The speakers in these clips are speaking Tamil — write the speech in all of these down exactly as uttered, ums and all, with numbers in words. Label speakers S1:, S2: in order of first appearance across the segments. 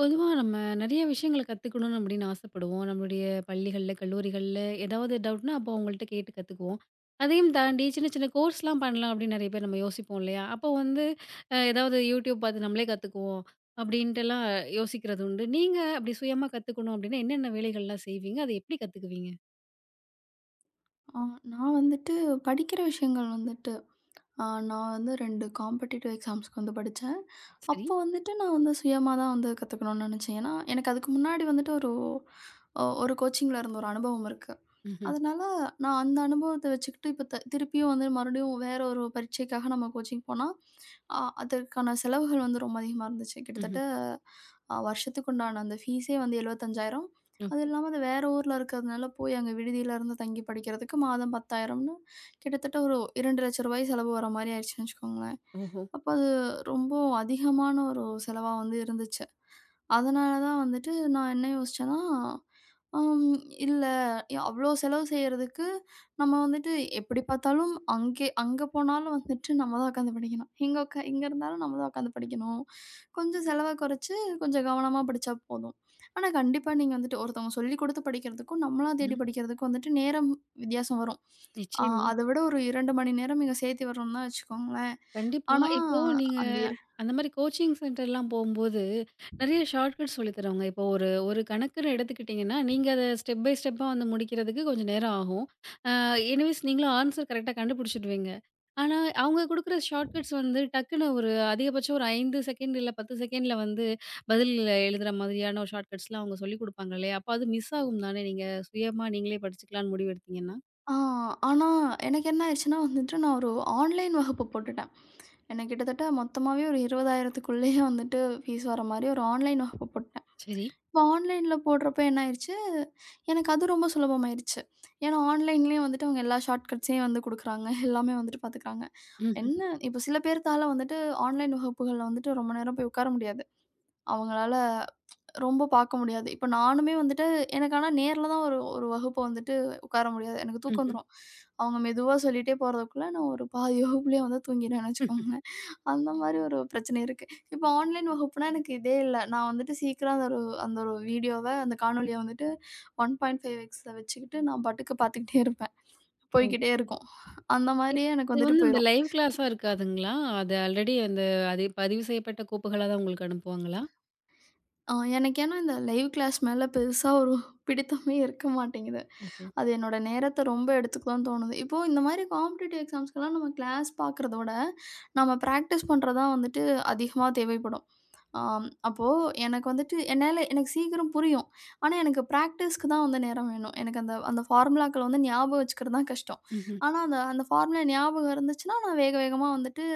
S1: பொதுவா நம்ம நிறைய விஷயங்கள கத்துக்கணும் அப்படின்னு ஆசைப்படுவோம். நம்மளுடைய பள்ளிகள்ல, கல்லூரிகள்ல ஏதாவது டவுட்னா, அப்போ அவங்கள்ட்ட கேட்டு கத்துக்குவோம். அதையும் தாண்டி சின்ன சின்ன கோர்ஸ்லாம் பண்ணலாம் அப்படின்னு நிறைய பேர் நம்ம யோசிப்போம் இல்லையா? அப்போ வந்து அ ஏதாவது யூடியூப் பார்த்து நம்மளே கத்துக்குவோம் அப்படின்ட்டுலாம் யோசிக்கிறது உண்டு. நீங்க அப்படி சுயமா கத்துக்கணும் அப்படின்னா என்னென்ன வேலைகள்லாம் செய்வீங்க? அதை எப்படி கத்துக்குவீங்க?
S2: ஆ, நான் வந்துட்டு படிக்கிற விஷயங்கள் வந்துட்டு ஆ நான் வந்து ரெண்டு காம்படிட்டிவ் எக்ஸாம்ஸ்க்கு வந்து படிச்சேன்.
S1: சரி.
S2: அப்போ வந்துட்டு நான் வந்து சுயமா தான் வந்து கத்துக்கணும்னு நினச்சேன். ஏன்னா, எனக்கு அதுக்கு முன்னாடி வந்துட்டு ஒரு அ ஒரு கோச்சிங்ல இருந்த ஒரு அனுபவம் இருக்கு.
S1: ம்ஹ்ம்.
S2: அதனால நான் அந்த அனுபவத்த வச்சுக்கிட்டு இப்ப த திருப்பியும் வந்து மறுபடியும் வேற ஒரு பரீட்சைக்காக நம்ம கோச்சிங் போனா, அ அதற்கான செலவுகள் வந்து ரொம்ப அதிகமா இருந்துச்சு.
S1: ம்ஹ்ம்.
S2: கிட்டத்தட்ட அ வருஷத்துக்கு உண்டான அந்த ஃபீஸே வந்து எழுபத்தி ஐந்தாயிரம். அது
S1: ஓஹோ!
S2: இல்லாம அது வேற ஊர்ல இருக்கிறதுனால போய் அங்க விடுதியில இருந்து தங்கி படிக்கிறதுக்கு மாதம் 10,000ன்னு கிட்டத்தட்ட ஒரு ரூ. இரண்டு லட்சம் செலவு வர மாரி ஆயிருச்சுன்னு வச்சுக்கோங்களேன்.
S1: ஓஹோ!
S2: அப்ப அது ரொம்ப அதிகமான ஒரு செலவா வந்து இருந்துச்சு. அதனால தான் வந்துட்டு நான் என்ன யோசிச்சேன்னா, அம் இல்ல, அவ்ளோ செலவு செய்றதுக்கு நம்ம வந்துட்டு எப்படி பார்த்தாலும் அங்கே அங்க போனாலும் வந்துட்டு நம்ம தான் உட்காந்து படிக்கணும். இங்க உட்கா இங்க இருந்தாலும் நம்ம தான் உட்காந்து படிக்கணும். கொஞ்சம் செலவ குறைச்சு கொஞ்சம் கவனமா படிச்சா போதும். ஆனா கண்டிப்பா நீங்க வந்துட்டு ஒருத்தவங்க சொல்லிக் குடுத்து படிக்கிறதுக்கும், நம்மளா தேடி
S1: ம்.
S2: படிக்கிறதுக்கும் வந்துட்டு நேரம் வித்தியாசம் வரும். ஆ
S1: நிச்சயமா.
S2: அத விட ஒரு ரெண்டு மணி நேரம் இங்க சேர்த்தி வர்றோம்னு தான் வச்சுக்கோங்களேன்.
S1: கண்டிப்பா.
S2: ஆனா,
S1: இப்போ நீங்க
S2: அந்த இரு
S1: அந்த மாரி கோச்சிங் சென்டர்லாம் போம்போது, நெறைய ஷார்ட்கட் சொல்லி தருவாங்க. இப்போ ஒரு ஒரு கணக்குன்னு எடுத்துக்கிட்டீங்கன்னா, நீங்க அத ஸ்டெப் பை ஸ்டெப்பா வந்து முடிக்கிறதுக்கு கொஞ்சம் நேரம் ஆகும். அ எனிவேஸ் நீங்களும் ஆன்சர் கரெக்ட்டா கண்டுபிடிச்சுடுவீங்க. ஆனா, அவங்க குடுக்குற ஷார்ட்கட்ஸ் வந்து டக்குனு ஒரு அதிகபட்சம் ஒரு ஐந்து செகண்ட் இல்ல பத்து செகண்ட்ல வந்து பதில் எழுதுற மாதிரியான ஒரு ஷார்ட்கட்ஸ்லாம் அவங்க சொல்லிக் குடுப்பாங்க இல்லையா? அப்ப அது மிஸ் ஆகும் தானே? நீங்க சுயமா நீங்களே படிச்சுக்கலான்னு முடிவு எடுத்தீங்கன்னா?
S2: ஆ ஆனா எனக்கு என்ன ஆயிருச்சுன்னா வந்துட்டு, நான் ஒரு ஆன்லைன் வகுப்பு போட்டுட்டேன். எனக்கு கிட்டத்தட்ட மொத்தமாவே ஒரு 20,000க்குள்ளேயே வந்துட்டு ஃபீஸ் வர மாரி ஒரு ஆன்லைன் வகுப்பு போட்டுட்டேன்.
S1: சரி.
S2: இப்போ ஆன்லைன்ல போடுறப்ப என்ன ஆயிருச்சு, எனக்கு அது ரொம்ப சுலபமாயிருச்சு. ஏன்னா ஆன்லைன்லேயே வந்துட்டு அவங்க எல்லா ஷார்ட்கட்ஸையும் வந்து குடுக்குறாங்க. எல்லாமே வந்துட்டு பார்த்துக்குறாங்க.
S1: ம்ஹ்ம்,
S2: என்ன இப்போ சில பேர்த்தால வந்துட்டு ஆன்லைன் வகுப்புகள்ல வந்துட்டு ரொம்ப நேரம் போய் உட்கார முடியாது. அவங்களால ரொம்ப பார்க்க முடியாது. இப்ப நானுமே வந்துட்டு எனக்கு ஆனா நேர்ல தான் ஒரு ஒரு வகுப்பு வந்துட்டு உட்கார முடியாது. எனக்கு தூக்கம்
S1: ம்ஹ்ம்.
S2: வந்துரும். அவங்க மெதுவா சொல்லிட்டே போறதுக்குள்ள நான் ஒரு பாதி வகுப்புலயே வந்து தூங்கிடுவேன்னு வச்சுக்கோங்களேன். அந்த மாரி ஒரு பிரச்சனை இருக்கு. இப்போ ஆன்லைன் வகுப்புனா எனக்கு இதே இல்ல. நான் வந்துட்டு சீக்கிரம் அந்த ஒரு அந்த ஒரு வீடியோவ, அந்த காணொளிய வந்துட்டு ஒன்றரை எக்ஸ்ல வச்சுக்கிட்டு நான் பாட்டுக்கு பார்த்துக்கிட்டே இருப்பேன்.
S1: ஓ!
S2: போய்க்கிட்டே இருக்கும். அந்த
S1: இப்
S2: மாரியே எனக்கு
S1: அது
S2: வந்துட்டு
S1: வந்து இந்த
S2: போயிரும்.
S1: லைவ் கிளாஸா இருக்காதுங்களா? அது ஆல்ரெடி அந்த அது பதிவு செய்யப்பட்ட கோப்புகளா தான் உங்களுக்கு அனுப்புவாங்களா?
S2: ஆ எனக்கு ஏன்னா இந்த லைவ் கிளாஸ் மேல பெருசா ஒரு பிடித்தமே இருக்க மாட்டேங்குது.
S1: ஓஹோ!
S2: அது என்னோட நேரத்த ரொம்ப எடுத்துக்கும்ன்னு தோணுது. இப்போ இந்த மாரி காம்படிட்டிவ் எக்ஸாம்ஸ்க்குலாம் நம்ம கிளாஸ் பார்க்குறத விட, நம்ம பிராக்டிஸ் பண்றது தான் வந்துட்டு அதிகமா தேவைப்படும். ஆம், அப்போ எனக்கு வந்துட்டு என்னால எனக்கு சீக்கிரம் புரியும். ஆனா, எனக்கு பிராக்டிஸ்க்கு தான் வந்து நேரம் வேணும். எனக்கு அந்த அந்த ஃபார்முலாக்கள வந்து ஞாபகம் வச்சுக்கிறது தான் கஷ்டம்.
S1: ம்ஹ்ம்.
S2: ஆனா, அந்த அந்த ஃபார்முலா ஞாபகம் இருந்துச்சுன்னா, நான் வேக வேகமா வந்துட்டு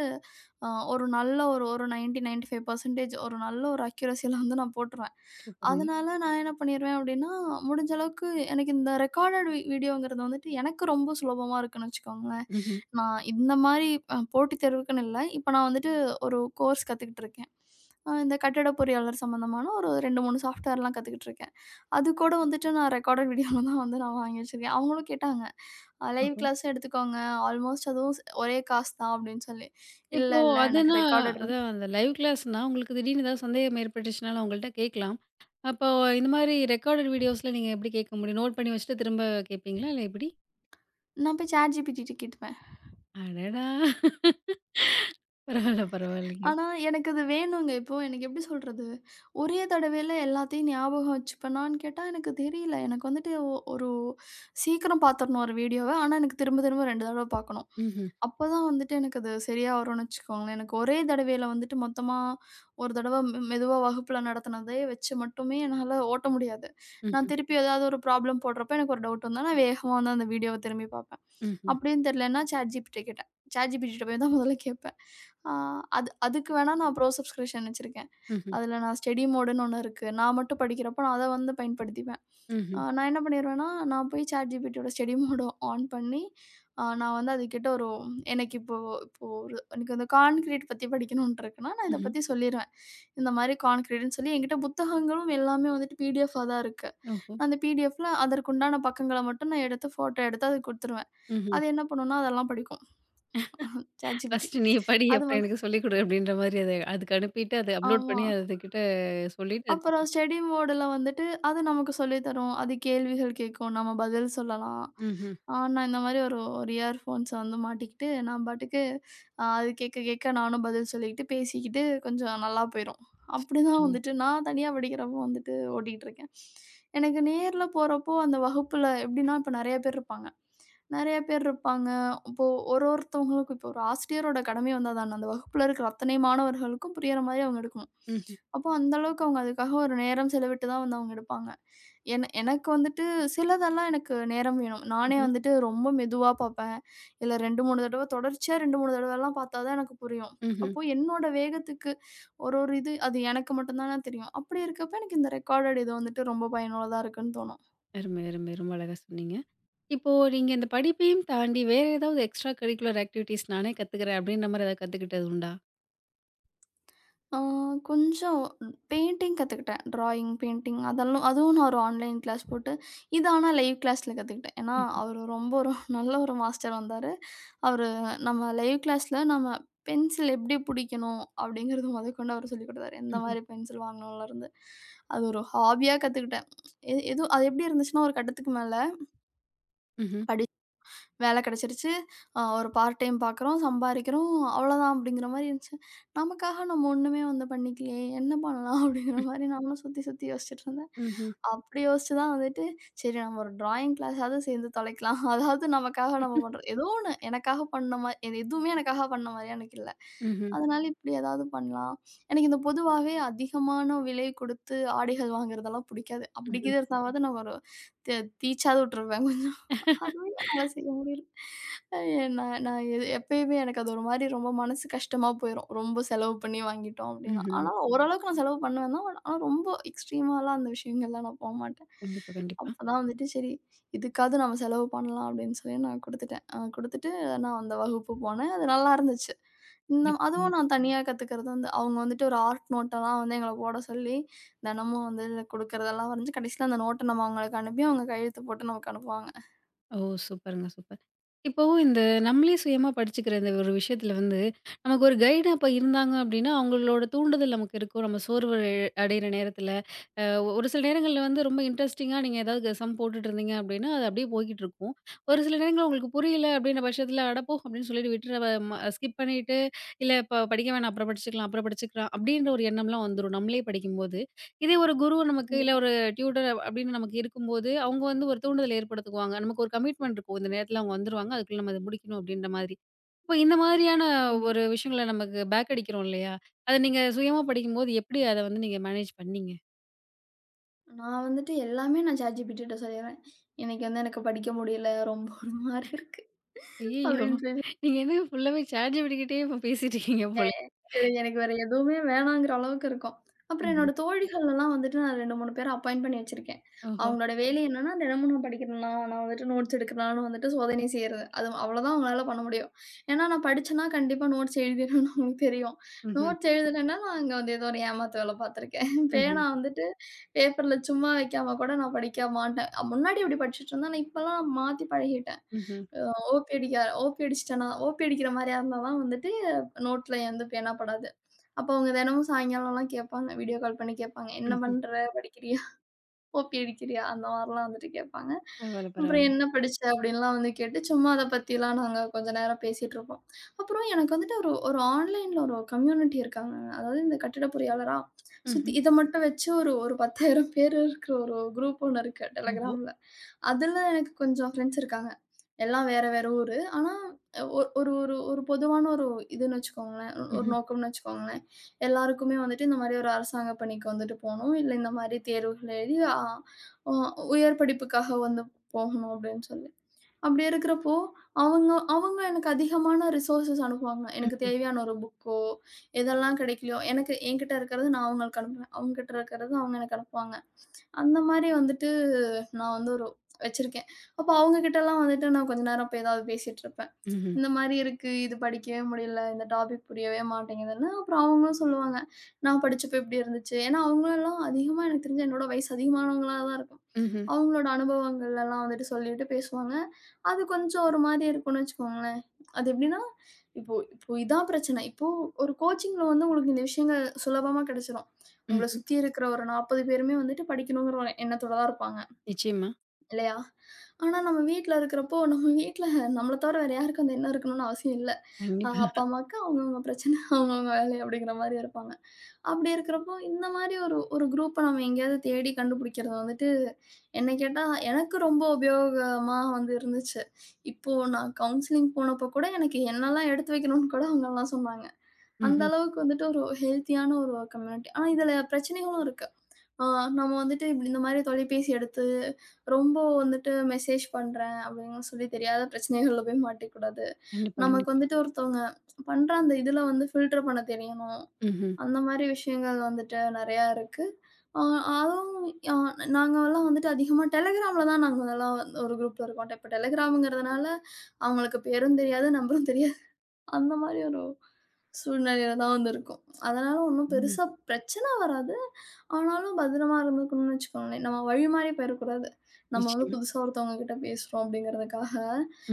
S2: அ ஒரு நல்ல ஒரு ஒரு தொண்ணூறு, தொண்ணூற்றி ஐந்து சதவீதம் ஒரு நல்ல ஒரு அக்யூரஸில வந்து நான் போட்டுருவேன்.
S1: சூப்பருங்க.
S2: அதனால நான் என்ன பண்ணிருவேன் அப்டின்னா, முடிஞ்ச அளவுக்கு எனக்கு இந்த ரெக்கார்டட் வீ வீடியோங்கிறது வந்துட்டு எனக்கு ரொம்ப சுலபமா இருக்குன்னு வச்சுக்கோங்களேன்.
S1: ம்ஹ்ம்.
S2: நான் இந்த மாரி அ போட்டித் தேர்வுக்குன்னு இல்ல. இப்ப நான் வந்துட்டு ஒரு கோர்ஸ் கத்துக்கிட்டு இருக்கேன். அ இந்த கட்டிட பொறியாளர் சம்மந்தமான ஒரு ரெண்டு, மூணு சாஃப்ட்வேர்லாம் கத்துக்கிட்டு இருக்கேன். அது கூட வந்துட்டு நான் ரெக்கார்டட் வீடியோல தான் வந்து நான் வாங்கி வச்சிருக்கேன். அவங்களும் கேட்டாங்க, "லைவ்
S1: ஓஹோ!
S2: கிளாஸும் எடுத்துக்கோங்க. ஆல்மோஸ்ட் அதுவும் ஸ் ஒரே காசு தான்" அப்டின்னு சொல்லி. இல்ல,
S1: இப்போ
S2: இல்ல.
S1: அதுனா
S2: எனக்கு ரெக்கார்டட் வந்து
S1: அதான் அந்த லைவ் கிளாஸ்னா, உங்களுக்கு திடீர்னு ஏதாவது சந்தேகம் ஏற்பட்டுச்சுனாலும் அவங்கள்ட்ட கேட்கலாம். அப்போ இந்த மாரி ரெக்கார்டட் வீடியோஸ்ல நீங்க எப்படி கேட்க முடியும்? நோட் பண்ணி வச்சுட்டு திரும்ப கேட்பீங்களா? இல்ல எப்படி?
S2: நான் போய் சாட் ஜிபிடி கிட்ட.
S1: அடடா! பரவால்ல, பரவால்லங்க.
S2: ஆனா, எனக்கு அது வேணுங்க. இப்போ எனக்கு எப்படி சொல்றது? ஒரே தடவையில எல்லாத்தையும் ஞாபகம் வச்சுப்பேனான்னு கேட்டா, எனக்கு தெரியல. எனக்கு வந்துட்டு ஒ ஒரு சீக்கிரம் பாத்துரணும் ஒரு வீடியோவ. ஆனா, எனக்கு திரும்ப திரும்ப ரெண்டு தடவ பாக்கணும்.
S1: ம்ஹ்ம்.
S2: அப்பதான் வந்துட்டு எனக்கு அது சரியா வரும்னு வச்சுக்கோங்களேன். எனக்கு ஒரே தடவையில வந்துட்டு மொத்தமா ஒரு தடவ மெ மெதுவா வகுப்புல நடத்துனதே வச்சு மட்டுமே என்னால ஓட்ட முடியாது. நான்
S1: ம்ஹ்ம்.
S2: திருப்பி ஏதாவது ஒரு ப்ராப்ளம் போடுறப்ப எனக்கு ஒரு டவுட் வந்தா, நான் வேகமா வந்து அந்த வீடியோவ திரும்பி பாப்பேன்.
S1: ம்ஹ்ம்.
S2: அப்படின்னு தெரியலன்னா, ChatGPT கேட்டேன். ChatGPT கிட்ட போய் தான் முதல்ல கேட்பேன். ஆ அது அதுக்கு வேணா நான் ப்ரோ சப்ஸ்கிரிப்ஷன் வச்சிருக்கேன்.
S1: ம்ஹ்ம்.
S2: அதில நான் ஸ்டடி மோடுன்னு ஒண்ணு இருக்கு. நான் மட்டும் படிக்கிறப்போ நான் அத வந்து பயன்படுத்திப்பேன். அ
S1: ம்ஹ்ம்.
S2: நான் என்ன பண்ணிருவேன்னா, நான் போய் ChatGPTயோட ஸ்டடி மோட ஆன் பண்ணி, அ நான் வந்து அதுகிட்ட ஒரு எனக்கு இப்போ. இப்போ ஒரு எனக்கு அந்த கான்கிரீட் பத்தி படிக்கணுன்ட்டு இருக்குன்னா, நான் இத
S1: ம்ஹ்ம்.
S2: பத்தி சொல்லிருவேன். இந்த மாரி கான்கிரீட்ன்னு சொல்லி என்கிட்ட புத்தகங்களும் எல்லாமே வந்துட்டு பிடிஎஃபா தான் இருக்கு.
S1: ஓஹோ!
S2: அந்த பிடிஎஃப்ல அதற்குண்டான பக்கங்கள மட்டும் நான் எடுத்து ஃபோட்டோ எடுத்து அதுக்கு குடுத்துருவேன்.
S1: ம்ஹ்ம்.
S2: அது என்ன பண்ணும்னா, அதெல்லாம் படிக்கும். ChatGPT.
S1: ஃபர்ஸ்ட்டு நீ படி,
S2: அது
S1: அப்புறம்
S2: வந்து
S1: எனக்கு சொல்லிக் குடு அப்படின்ற மாரி அத அதுக்கு அனுப்பிட்டு, அத அப்லோட்
S2: ஆமா.
S1: பண்ணி அதுகிட்ட சொல்லிட்டு
S2: அப்புறம்
S1: அதுக்கப்புறம்
S2: ஸ்டடி மோடுல வந்துட்டு, அது நமக்கு சொல்லி தரும். அது கேள்விகள் கேட்கும். நம்ம பதில் சொல்லலாம்.
S1: ம்ஹ்ம்.
S2: ஆ நான் இந்த மாரி ஒரு ஒரு இயர்ஃபோன்ஸ வந்து மாட்டிக்கிட்டு, நான் பாட்டுக்கு அ அது கேட்க கேட்க நானும் பதில் சொல்லிக்கிட்டு, பேசிக்கிட்டு கொஞ்சம் நல்லா போயிரும். அப்படிதான்
S1: சொல்லுங்க.
S2: வந்துட்டு நான் தனியா படிக்கிறப்போ வந்துட்டு ஓட்டிட்டுருக்கேன். எனக்கு நேர்ல போறப்போ அந்த வகுப்புல எப்படின்னா, இப்ப நெறைய பேர் இருப்பாங்க. நெறைய பேர் இருப்பாங்க. இப்போ ஒரு ஒருத்தவங்களுக்கும் இப்போ ஒரு ஆசிரியரோட கடமை வந்து அதான, அந்த வகுப்புல இருக்கிற அத்தனை மாணவர்களுக்கும் புரியற மாரி அவங்க எடுக்கணும்.
S1: ம்ஹ்ம்,
S2: அப்போ அந்த அளவுக்கு அவங்க அதுக்காக ஒரு நேரம் செலவிட்டு தான் வந்து அவங்க எடுப்பாங்க. என எனக்கு வந்துட்டு சிலதெல்லாம் எனக்கு நேரம் வேணும். நானே
S1: ம்ஹ்ம்,
S2: வந்துட்டு ரொம்ப மெதுவா பார்ப்பேன். இல்ல ரெண்டு, மூணு தடவ தொடர்ச்சியா ரெண்டு, மூணு தடவலாம் பார்த்தா தான் எனக்கு புரியும்.
S1: ம்ஹ்ம்.
S2: அப்போ என்னோட வேகத்துக்கு ஒரு ஒரு இது அது எனக்கு மட்டும் தான தெரியும். அப்படி இருக்கப்ப எனக்கு இந்த ரெக்கார்டட் இது வந்துட்டு ரொம்ப பயனுள்ளதா இருக்குன்னு தோணும்.
S1: அருமை, அருமை. ரொம்ப அழகா சொன்னீங்க. இப்போ நீங்க இந்த படிப்பையும் தாண்டி வேற ஏதாவது எக்ஸ்ட்ரா கரிக்குலர் ஆக்டிவிட்டீஸ் நானே கத்துக்கிறேன் அப்படின்ற மாரி ஏதாவது கத்துக்கிட்டது உண்டா?
S2: ஆ கொஞ்சம் பெயிண்டிங் கத்துக்கிட்டேன். ட்ராயிங், பெயிண்டிங் அதெல்லாம் அதுவும் நான் ஒரு ஆன்லைன் கிளாஸ் போட்டு, இது ஆனா லைவ் கிளாஸ்ல கத்துக்கிட்டேன். ஏன்னா,
S1: ம்,
S2: அவரு ரொம்ப ஒரு நல்ல ஒரு மாஸ்டர் வந்தாரு. அவரு நம்ம லைவ் கிளாஸ்ல நம்ம பென்சில் எப்படி பிடிக்கணும் அப்படிங்கிறது முதற்கொண்டு அவர் சொல்லிக் கொடுத்தாரு. எந்த
S1: ம்ஹ்ம்,
S2: மாரி பென்சில் வாங்கணும்லருந்து. அது ஒரு ஹாபியா கத்துக்கிட்டேன். எ எதுவும் அது எப்படி இருந்துச்சுன்னா, ஒரு கட்டத்துக்கு மேல
S1: ம்ஹ்ம்,
S2: படி வேல கெடச்சிருச்சு. அ ஒரு பார்ட் டைம் பாக்குறோம், சம்பாரிக்கிறோம். அவ்வளோதான் அப்படிங்கிற மாரி இருந்துச்சு. நமக்காக நம்ம ஒண்ணுமே வந்து பண்ணிக்கலயே! என்ன பண்ணலாம்? அப்படிங்கிற
S1: ம்,
S2: மாரி நானும் சுத்தி சுத்தி யோசிச்சுட்டு இருந்தேன்.
S1: ம்ஹ்ம்,
S2: அப்படி யோசிச்சு தான் வந்துட்டு, சரி நம்ம ஒரு டிராயிங் கிளாஸாவது சேர்ந்து தொலைக்கலாம். அதாவது நமக்காக நம்ம பண்றோம். ஏதோ ஒண்ணு எனக்காக பண்ண மாரி எதுவுமே எனக்காக பண்ண மாரியா எனக்கு இல்ல.
S1: ம்ஹ்ம்,
S2: அதனால இப்படி ஏதாவது பண்ணலாம். எனக்கு இந்த பொதுவாவே அதிகமான விலை கொடுத்து ஆடைகள் வாங்குறதெல்லாம் புடிக்காது. அப்படி
S1: ம்ஹ்ம்,
S2: கீது இருந்தாவாவது நான் ஒரு தே தீச்சாவது விட்டுருவேன் கொஞ்சம். அதுவும் என்னால செய்ய முடியல. அ நான் நான் எ எப்பயுமே எனக்கு அது ஒரு மாரி ரொம்ப மனசு கஷ்டமா போயிரும். ரொம்ப செலவு பண்ணி வாங்கிட்டோம் அப்டின்னா.
S1: ம்ஹ்ம்.
S2: ஆனா ஓரளவுக்கு நான் செலவு பண்ணுவேன் தான். பட் ஆனா ரொம்ப எக்ஸ்ட்ரீமாலாம் அந்த விஷயங்கள்லாம் நான் போமாட்டேன்.
S1: கண்டிப்பா, கண்டிப்பா.
S2: அப்பதான் வந்துட்டு சரி இதுக்காவது நம்ம செலவு பண்ணலாம் அப்டின்னு சொல்லி நான் குடுத்துட்டேன். அ குடுத்துட்டு நான் அந்த வகுப்பு போனேன். அது நல்லா இருந்துச்சு. இந்த
S1: கண்டிப்பா,
S2: அதுவும்
S1: கண்டிப்பா.
S2: நான் தனியா கத்துக்கிறது வந்து அவங்க வந்துட்டு ஒரு ஆர்ட் நோட்டெல்லாம் வந்து எங்கள போட சொல்லி, தினமும் வந்து குடுக்குறதெல்லாம் வரைஞ்சு கடைசியில அந்த நோட்ட நம்ம அவங்களுக்கு அனுப்பி அவங்க கையெழுத்து போட்டு நமக்கு அனுப்புவாங்க.
S1: ஓ! சூப்பருங்க, சூப்பர். இப்போ இந்த நம்மளே சுயமா படிச்சுக்கிற இந்த ஒரு விஷயத்துல வந்து, நமக்கு ஒரு கைடு அப்ப இருந்தாங்க அப்டின்னா, அவங்களோட தூண்டுதல் நமக்கு இருக்கும். நம்ம சோர்வு அடை- அடையிற நேரத்துல, அ ஒரு சில நேரங்கள்ல வந்து ரொம்ப இன்ட்ரெஸ்டிங்கா நீங்க ஏதாவது சம் போட்டுட்டு இருந்தீங்க அப்டின்னா, அது அப்டியே போய்க்கிட்டு இருக்கும். ஒரு சில நேரங்கள்ல உங்களுக்கு புரியல அப்டின்ற பட்சத்துல, அட போ! அப்டின்னு சொல்லிட்டு விட்டுற ம ஸ்கிப் பண்ணிட்டு, இல்ல இப்ப படிக்க வேணாம் அப்புறம் படிச்சுக்கலாம், அப்புறம் படிச்சுக்கலாம் அப்டின்ற ஒரு எண்ணம்லாம் வந்துரும். நம்மளே படிக்கும்போது. இதே ஒரு குரு நமக்கு, இல்ல
S2: கண்டிப்பா.
S1: ஒரு டியூட்டர் அப்படின்னு நமக்கு இருக்கும்போது, அவங்க வந்து ஒரு தூண்டுதல் ஏற்படுத்துவாங்க. நமக்கு ஒரு கமிட்மெண்ட் இருக்கும். இந்த நேரத்துல அவங்க வந்துருவாங்க. அதுக்குள்ள நம்ம இத முடிக்கணும் அப்படின்ற மாதிரி. இப்ப இந்த மாதிரியான
S2: ஆமா.
S1: ஒரு விஷயங்கள நமக்கு பேக் அடிக்கிறோம் இல்லையா? அத நீங்க சுயமா படிக்கும்போது எப்படி அத வந்து நீங்க மேனேஜ் பண்ணீங்க?
S2: நான் வந்துட்டு எல்லாமே நான் ChatGPT கிட்ட சொல்லிருவேன். இன்னைக்கு வந்து எனக்கு படிக்க முடியல. ரொம்ப ஒரு மாரி இருக்கு.
S1: ஐய்யய்யோ!
S2: அப்படின்னு சொல்லி
S1: நீங்க என்னங்க ஃபுல்லாவே ChatGPT கிட்டயே இப்ப பேசிட்டு இருக்கீங்க
S2: எ
S1: போல.
S2: எ எனக்கு வேற எதுவுமே வேணாங்கிற அளவுக்கு இருக்கும். அப்புறம்
S1: ம்ஹ்ம்.
S2: என்னோட தோழிகள்லாம் வந்துட்டு நான் ரெண்டு, மூணு பேர அப்பாயிண்ட் பண்ணி வச்சிருக்கேன்.
S1: ஓஹோ!
S2: அவங்களோட வேலை என்னன்னா, தினமும் நான் படிக்கிறேனா, நான் வந்துட்டு நோட்ஸ் எடுக்கிறனான்னு வந்துட்டு சோதனை செய்றது. அது அவ்வளோதான் அவங்களால பண்ண முடியும். ஏன்னா நான் படிச்சேன்னா கண்டிப்பா நோட்ஸ் எழுதிருவேன்னு அவங்களுக்கு தெரியும்.
S1: ம்ஹ்ம்.
S2: நோட்ஸ் எழுதலன்னா நான் அங்க வந்து ஏதோ ஒரு ஏமாத்து வேல பார்த்துருக்கேன்.
S1: ம்ஹ்ம்.
S2: பேனா வந்துட்டு பேப்பர்ல சும்மா வைக்காம கூட நான் படிக்க மாட்டேன். அ, முன்னாடி அப்படி படிச்சுட்டு இருந்தேன். ஆனா இப்பலாம் மாத்தி பழகிட்டேன்.
S1: ம்ஹ்ம்.
S2: அ ஓபி அடிக்க ஓபி அடிச்சுட்டேனா, ஓபி அடிக்கிற மாரியா இருந்தா தான் வந்துட்டு நோட்ல எந்த பேனா படாது. அப்போ அவங்க தினமும் சாயங்காலம்லாம் கேட்பாங்க. வீடியோ கால் பண்ணி கேட்பாங்க. "என்ன
S1: ம்ஹ்ம்.
S2: பண்ற? படிக்கிறியா? ஓபி அடிக்கிறியா?" அந்த மாரிலாம் வந்துட்டு கேட்பாங்க.
S1: பரவால்ல,
S2: அப்புறம்
S1: பரவால்ல.
S2: "என்ன படிச்ச?" அப்படின்லாம் வந்து கேட்டு சும்மா அத பத்திலாம் நாங்க கொஞ்ச நேரம் பேசிட்டுருப்போம். அப்புறம் எனக்கு வந்துட்டு ஒரு ஒரு ஆன்லைன்ல ஒரு கம்யூனிட்டி இருக்காங்கங்க. அதாவது இந்த கட்டிட பொறியாளரா சுத்தி
S1: ம்ஹ்ம்.
S2: இத மட்டும் வச்சு ஒரு ஒரு பத்தாயிரம் பேர் இருக்கிற ஒரு குரூப் ஒண்ணு இருக்கு
S1: ஓஹோ!
S2: Telegramல. அதுல எனக்கு கொஞ்சம் ஃப்ரெண்ட்ஸ் இருக்காங்க. எல்லாம் வேற, வேற ஊரு. ஆனா ஒ ஒரு ஒரு ஒரு பொதுவான ஒரு இதுன்னு வச்சுக்கோங்களேன். ஒரு ஒரு
S1: ம்ஹ்ம்.
S2: நோக்கம்னு வச்சுக்கோங்களேன். எல்லாருக்குமே வந்துட்டு இந்த மாரி ஒரு அரசாங்க பணிக்கு வந்துட்டு போணும். இல்ல இந்த மாரி தேர்வுகள் எழுதி அ உ உயர் படிப்புக்காக வந்து போகணும் அப்படின்னு சொல்லி. அப்படி இருக்கிறப்போ, அவங்க அவங்க எனக்கு அதிகமான ரிசோர்ஸஸ் அனுப்புவாங்க. எனக்கு
S1: ம்ஹ்ம்.
S2: தேவையான ஒரு புக்கோ, எதெல்லாம் கிடைக்கலையோ எனக்கு என்கிட்ட இருக்கிறத நான் அவங்களுக்கு அனுப்புவேன். அவங்க கிட்ட இருக்கிறத அவங்க எனக்கு அனுப்புவாங்க. அந்த மாரி வந்துட்டு நான் வந்து ஒரு வச்சிருக்கேன். அப்ப அவங்க கிட்டலாம் வந்துட்டு நான் கொஞ்ச நேரம் போய் ஏதாவது பேசிட்டுருப்பேன்.
S1: ம்ஹ்ம்.
S2: இந்த மாரி இருக்கு. இது படிக்கவே முடியல. இந்த டாபிக் புரியவே மாட்டேங்குதுன்னு. அப்புறம் அவங்களும் சொல்லுவாங்க. நான் படிச்சப்போ இப்படி இருந்துச்சு. ஏன்னா அவங்களலாம் அதிகமா எனக்கு தெரிஞ்சு என்னோட வயசு அதிகமானவங்களா தான் இருக்கும்.
S1: ம்ஹ்ம்.
S2: அவங்களோட அனுபவங்கள்லாம் வந்துட்டு சொல்லிட்டு பேசுவாங்க. அது கொஞ்சம் ஒரு மாரி இருக்கும்னு வச்சுக்கோங்களேன். அது எப்படின்னா, இப்போ இப்போ இதான் பிரச்சனை. இப்போ ஒரு கோச்சிங்ல வந்து உங்களுக்கு இந்த விஷயங்கள் சுலபமா கிடைச்சிரும். உங்கள
S1: ம்ஹ்ம்.
S2: சுத்தி இருக்கிற ஒரு நாற்பது பேருமே வந்துட்டு படிக்கணுங்கிற ஒரு எண்ணத்தோட தான் இருப்பாங்க.
S1: நிச்சயமா.
S2: இல்லையா? ஆனா நம்ம வீட்ல இருக்கிறப்போ, நம்ம வீட்ல நம்மள தவிர வேற யாருக்கும் அந்த எண்ணம் இருக்கணும்னு அவசியம் இல்ல. அ
S1: கண்டிப்பா.
S2: அப்பா, அம்மாவுக்கு அவங்கவங்க பிரச்சனை, அவங்கவங்க வேலை அப்படிங்கிற மாரி இருப்பாங்க. அப்படி இருக்கிறப்போ, இந்த மாரி ஒரு ஒரு குரூப்ப நம்ம எங்கேயாவது தேடி கண்டுபிடிக்கிறது வந்துட்டு, என்ன கேட்டா எனக்கு ரொம்ப உபயோகமா வந்து இருந்துச்சு. இப்போ நான் கவுன்சிலிங் போனப்போ கூட எனக்கு என்னலாம் எடுத்து வைக்கணும்னு கூட அவங்கலாம் சொன்னாங்க. அந்த
S1: ம்ஹ்ம்.
S2: அளவுக்கு வந்துட்டு ஒரு ஹெல்த்தியான ஒரு கம்யூனிட்டி. ஆனா இதில பிரச்சனைகளும் இருக்கு. ஆ நம்ம வந்துட்டு இப்படி இந்த மாரி தொலைபேசி எடுத்து, ரொம்ப வந்துட்டு மெசேஜ் பண்றேன் அப்படின்னு சொல்லி தெரியாத பிரச்சனைகள்ல போய் மாட்டிக்கக்கூடாது.
S1: கண்டிப்பா,
S2: நமக்கு
S1: கண்டிப்பா.
S2: வந்துட்டு ஒருத்தவங்க பண்ற அந்த இதுல வந்து ஃபில்டர் பண்ண தெரியணும்.
S1: ம்ஹ்ம்.
S2: அந்த மாரி விஷயங்கள் வந்துட்டு நெறையா இருக்கு. ஆ அதுவும் அ நாங்கலாம் வந்துட்டு அதிகமா Telegramல தான் நாங்கலாம் ஒரு குரூப்ல இருக்கோம். இப்ப Telegramங்கிறதுனால அவங்களுக்கு பேரும் தெரியாது, நம்பரும் தெரியாது. அந்த மாரி ஒரு சூழ்நிலையில தான் வந்து இருக்கும். அதனால ஒண்ணும்
S1: ம்.
S2: பெருசா பிரச்சனை வராது. ஆனாலும் பத்திரமா இருந்துக்கணும்னு வச்சுக்கோங்களேன். நம்ம வழி மாறி போயிறக்கூடாது. நம்ம வந்து
S1: நிச்சயமா.
S2: புதுசா ஒருத்தவங்க கிட்ட பேசுறோம் அப்படிங்கிறதுக்காக,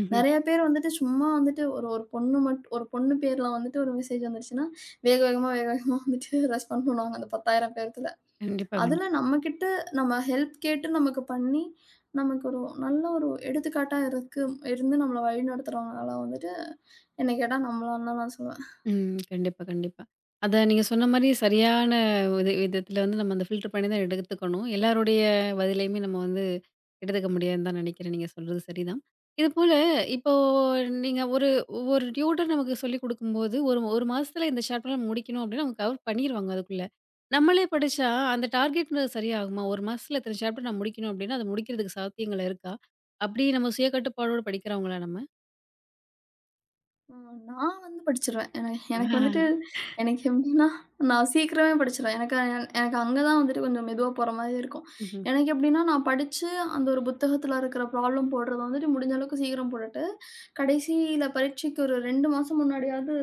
S1: ம்ஹ்ம்.
S2: நெறைய பேர் வந்துட்டு சும்மா வந்துட்டு ஒரு ஒரு பொண்ணு மட் ஒரு பொண்ணு பேர்ல வந்துட்டு ஒரு மெசேஜ் வந்துருச்சுன்னா, வேக வேகமா வேக வேகமா வந்துட்டு ரெஸ்பாண்ட் பண்ணுவாங்க அந்த பத்தாயிரம் பேர்த்துல.
S1: கண்டிப்பா,
S2: அதுல
S1: கண்டிப்பா.
S2: நம்மகிட்ட நம்ம ஹெல்ப் கேட்டு நமக்கு பண்ணி, நமக்கு ஒரு நல்ல ஒரு எடுத்துக்காட்டா இருக்கு இருந்து நம்மள வழி நடத்துறவங்கலாம் வந்துட்டு என்ன கேட்டா நம்மளான்னு தான் நான் சொல்லுவேன்.
S1: ம். கண்டிப்பா, கண்டிப்பா. அத நீங்க சொன்ன மாரி சரியான வித விதத்துல வந்து நம்ம அந்த ஃபில்டர் பண்ணி தான் எடுத்துக்கணும். எல்லாருடைய பதிலையுமே நம்ம வந்து எடுத்துக்க முடியாதுன்னு தான் நெனைக்கிறேன். நீங்க சொல்றது சரிதான். இதுபோல இப்போ நீங்க ஒரு ஒரு டியூட்டர் நமக்கு சொல்லிக் குடுக்கும்போது, ஒரு 1 மாசத்துல இந்த சாப்டர் முடிக்கணும் அப்டின்னு அவங்க கவர் பண்ணிருவாங்க அதுக்குள்ள. நம்மளே படிச்சா அந்த டார்கெட் சரியாகுமா? ஒரு மாசத்துல இத்தன சாப்டர் நான் முடிக்கணும் அப்டின்னா, அத முடிக்கிறதுக்கு சாத்தியங்கள் இருக்கா? அப்டி நம்ம சுய கட்டுப்பாடோட படிக்கிறவங்களா நம்ம?
S2: ஆ நான் வந்து படிச்சுருவேன். என எனக்கு
S1: ஆஹஹ.
S2: வந்துட்டு எனக்கு எப்படின்னா, நான் சீக்கிரமே படிச்சுருவேன். எனக்கு அ- எனக்கு அங்க தான் வந்துட்டு கொஞ்சம் மெதுவா போற மாரி இருக்கும்.
S1: ம்ஹ்ம்.
S2: எனக்கு எப்படின்னா, நான் படிச்சு அந்த ஒரு புத்தகத்துல இருக்கிற ப்ராப்ளம் போடுறத வந்துட்டு முடிஞ்ச அளவுக்கு சீக்கிரம் போட்டுட்டேன். கடைசியில பரீட்சைக்கு ஒரு ரெண்டு மாசம் முன்னாடியாவது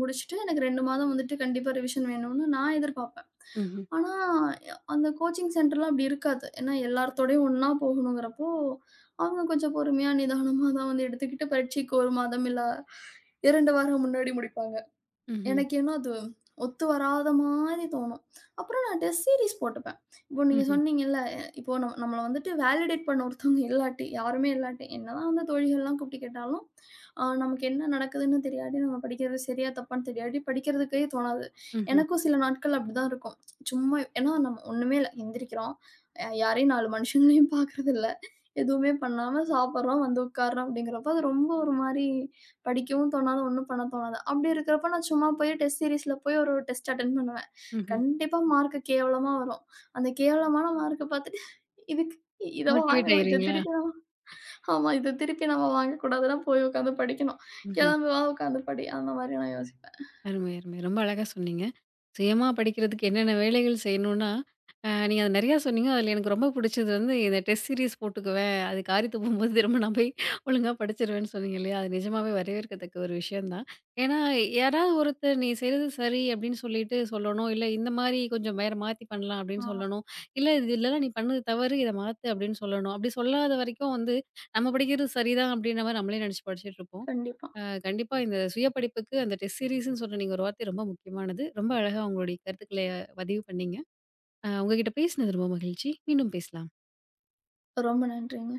S2: முடிச்சுட்டு, எனக்கு ரெண்டு மாதம் வந்துட்டு கண்டிப்பா ரிவிஷன் வேணும்னு நான் எதிர்பார்ப்பேன்.
S1: ம்ஹ்ம்.
S2: ஆனா, அந்த கோச்சிங் சென்டர்லாம் அப்படி இருக்காது. ஏன்னா, எல்லார்த்தோடயும் ஒண்ணா போகணுங்கிறப்போ, அவங்க கொஞ்சம் பொறுமையா, நிதானமா தான் வந்து எடுத்துக்கிட்டு, பரீட்சைக்கு ஒரு மாதம் இல்ல ரெண்டு வாரம் முன்னாடி முடிப்பாங்க.
S1: ம்ஹ்ம்.
S2: எனக்கு என்ன அது ஒத்து வராத மாதிரி தோணும். அப்புறம் நான் டெஸ்ட் சீரிஸ் போட்டுப்பேன். இப்போ நீங்க
S1: ம்ஹ்ம்.
S2: சொன்னீங்கல்ல, இப்போ நம்ம நம்மள வந்துட்டு வேலிடேட் பண்ண ஒருத்தவங்க இல்லாட்டி, யாருமே இல்லாட்டி, என்னதான் வந்து தோழிகள்லாம் கூப்பிட்டு கேட்டாலும், அ நமக்கு என்ன நடக்குதுன்னு தெரியாட்டி, நம்ம படிக்கிறது சரியா, தப்பான்னு தெரியாட்டி படிக்கிறதுக்கே தோணாது.
S1: ம்ஹ்ம்.
S2: எனக்கும் சில நாட்கள் அப்படிதான் இருக்கும். சும்மா ஏன்னா நம்ம ஒண்ணுமே இல்ல. எந்திரிக்கிறோம். அ யாரையும் நாலு மனுஷங்களையும் பார்க்கறதில்ல. எதுவுமே பண்ணாம சாப்பிடுறோம், வந்து உட்கார்றோம் அப்படிங்கிறப்போ, அது ரொம்ப ஒரு மாரி படிக்கவும் தோணாது, ஒண்ணும் பண்ண தோணாது. அப்படி இருக்கிறப்ப நான் சும்மா போய் டெஸ்ட் சீரிஸ்ல போய் ஒரு டெஸ்ட் அட்டெண்ட் பண்ணுவேன்.
S1: ம்ஹ்ம்.
S2: கண்டிப்பா மார்க் கேவலமா வரும். அந்த கேவலமான மார்க்க பார்த்துட்டு இதுக்கு இத
S1: மோட்டிவேட்
S2: வாங்கணும். இத
S1: ஆயிருவீங்களா?
S2: திருப்பி நம்ம ஆமா இத திருப்பி நம்ம வாங்கக்கூடாதுன்னா போய் உட்காந்து படிக்கணும். கிளம்பு வா உட்காந்து படி. அந்த மாரி நான் யோசிப்பேன்.
S1: அருமை, அருமை. ரொம்ப அழகா சொன்னீங்க. சுயமா படிக்கிறதுக்கு என்னென்ன வேலைகள் செய்யணும்னா, அ நீங்க அது நெறையா சொன்னீங்க. அதில எனக்கு ரொம்ப புடிச்சது வந்து, இந்த டெஸ்ட் சீரிஸ் போட்டுக்குவேன். அது காரி துப்பும்போது திரும்ப நான் போய் ஒழுங்கா படிச்சுருவேன்னு சொன்னீங்க இல்லையா? அது நிஜமாவே வரவேற்கத்தக்க ஒரு விஷயம் தான். ஏன்னா, யாராவது ஒருத்தர் "நீ செய்றது சரி" அப்படின்னு சொல்லிட்டு சொல்லணும். இல்ல "இந்த மாரி கொஞ்சம் வேற மாத்தி பண்ணலாம்" அப்படின்னு
S2: ஆமா.
S1: சொல்லணும். இல்ல "இது இல்லலாம் நீ பண்ணது தவறு. இத மாத்து" அப்படின்னு சொல்லணும். அப்படி சொல்லாத வரைக்கும் வந்து, நம்ம படிக்கிறது சரிதான் அப்படின்ற மாரி நம்மளே நெனச்சு படிச்சுட்ருப்போம்.
S2: கண்டிப்பா.
S1: அ கண்டிப்பா இந்த சுய படிப்புக்கு அந்த டெஸ்ட் சீரிஸ்ன்னு சொன்ன நீங்க ஒரு வார்த்தை ரொம்ப முக்கியமானது. ரொம்ப அழகா உங்களுடைய கருத்துக்கள பதிவு பண்ணீங்க. அ உங்ககிட்ட பேசினது ரொம்ப மகிழ்ச்சி. மீண்டும் பேசலாம்.
S2: ரொம்ப நன்றிங்க.